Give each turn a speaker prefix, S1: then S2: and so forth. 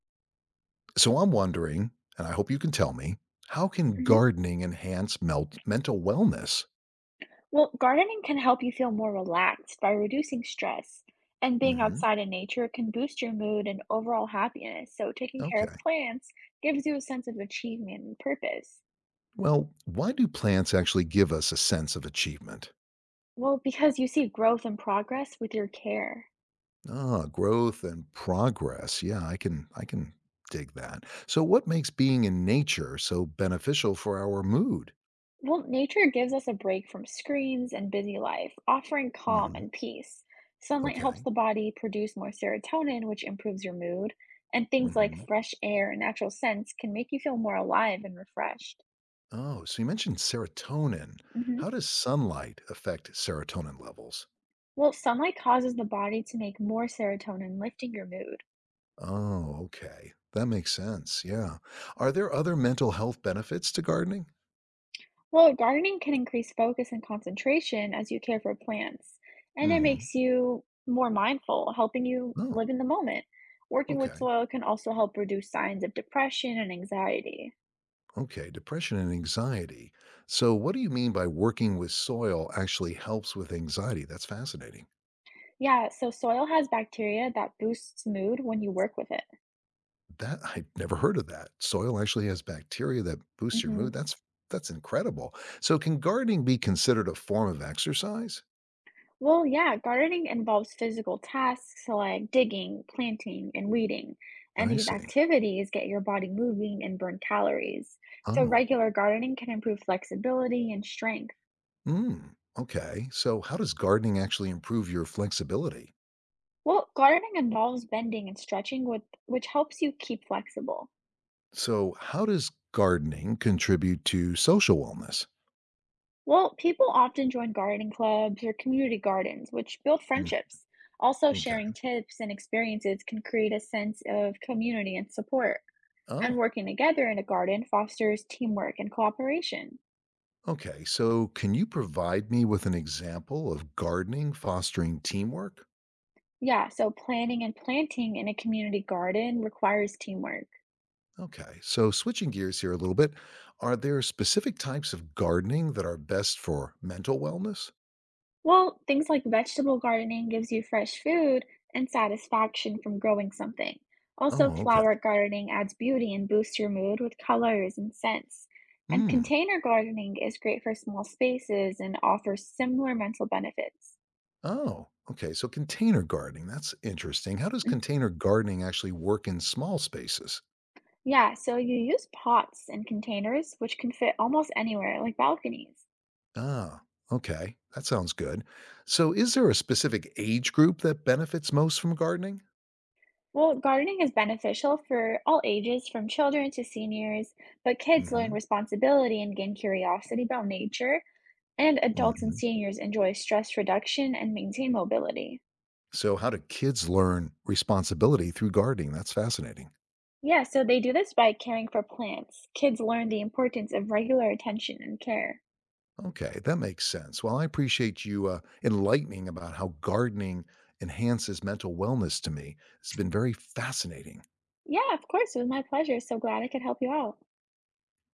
S1: So I'm wondering, and I hope you can tell me, how can
S2: Mhm.
S1: gardening enhance melt mental wellness?
S2: Well, gardening can help you feel more relaxed by reducing stress, and being
S1: Hmm.
S2: outside in nature can boost your mood and overall happiness. So, taking care
S1: Okay.
S2: of plants gives you a sense of achievement and purpose.
S1: Well, why do plants actually give us a sense of achievement?
S2: Well, because you see growth and progress with your care.
S1: Ah, growth and progress. Yeah, I can dig that. So what makes being in nature so beneficial for our mood?
S2: Well, nature gives us a break from screens and busy life, offering calm
S1: Hmm.
S2: and peace. Sunlight helps
S1: Okay.
S2: the body produce more serotonin, which improves your mood. And things like
S1: Hmm.
S2: fresh air and natural scents can make you feel more alive and refreshed.
S1: Oh, so you mentioned serotonin. How
S2: Mhm.
S1: does sunlight affect serotonin levels?
S2: Well, sunlight causes the body to make more serotonin, lifting your mood.
S1: Oh, okay. That makes sense, yeah. Are there other mental health benefits to gardening?
S2: Well, gardening can increase focus and concentration as you care for plants, and it
S1: Mhm.
S2: makes you more mindful, helping you
S1: Oh,
S2: live in the moment. Working with
S1: okay,
S2: soil can also help reduce signs of depression and anxiety.
S1: okay, depression and anxiety. So what do you mean by working with soil actually helps with anxiety? That's fascinating.
S2: Yeah, so soil has bacteria that boosts mood when you work with it.
S1: That I'd never heard of that. Soil actually has bacteria that boosts your
S2: Hmm.
S1: mood. That's incredible. So can gardening be considered a form of exercise?
S2: Well, yeah, gardening involves physical tasks like digging, planting, and weeding. And
S1: I
S2: these
S1: see.
S2: activities get your body moving and burn calories. So,
S1: Oh.
S2: regular gardening can improve flexibility and strength.
S1: Mm. Okay. So how does gardening actually improve your flexibility?
S2: Well, gardening involves bending and stretching, which helps you keep flexible.
S1: So, how does gardening contribute to social wellness?
S2: Well, people often join gardening clubs or community gardens, which build
S1: Mm,
S2: friendships. Also,
S1: okay.
S2: sharing tips and experiences can create a sense of community and support. And
S1: Oh,
S2: working together in a garden fosters teamwork and cooperation.
S1: okay. So, can you provide me with an example of gardening fostering teamwork?
S2: Yeah, so planning and planting in a community garden requires teamwork.
S1: Okay. So, switching gears here a little bit, are there specific types of gardening that are best for mental wellness?
S2: Well, things like vegetable gardening gives you fresh food and satisfaction from growing something. Also,
S1: Oh, okay.
S2: flower gardening adds beauty and boosts your mood with colors and scents. And
S1: Mm.
S2: container gardening is great for small spaces and offers similar mental benefits.
S1: Oh, okay. So, container gardening, that's interesting. How does
S2: Mhm.
S1: container gardening actually work in small spaces?
S2: Yeah, so you use pots and containers, which can fit almost anywhere, like balconies.
S1: Ah, okay. That sounds good. So, is there a specific age group that benefits most from gardening?
S2: Well, gardening is beneficial for all ages, from children to seniors, but kids learn
S1: Hmm.
S2: responsibility and gain curiosity about nature, and adults and
S1: Hmm.
S2: seniors enjoy stress reduction and maintain mobility.
S1: So, how do kids learn responsibility through gardening? That's fascinating.
S2: Yeah, so they do this by caring for plants. Kids learn the importance of regular attention and care.
S1: Okay, that makes sense. Well, I appreciate you enlightening about how gardening enhances mental wellness to me. It's been very fascinating.
S2: Yeah, of course, it was my pleasure. So glad I could help you out.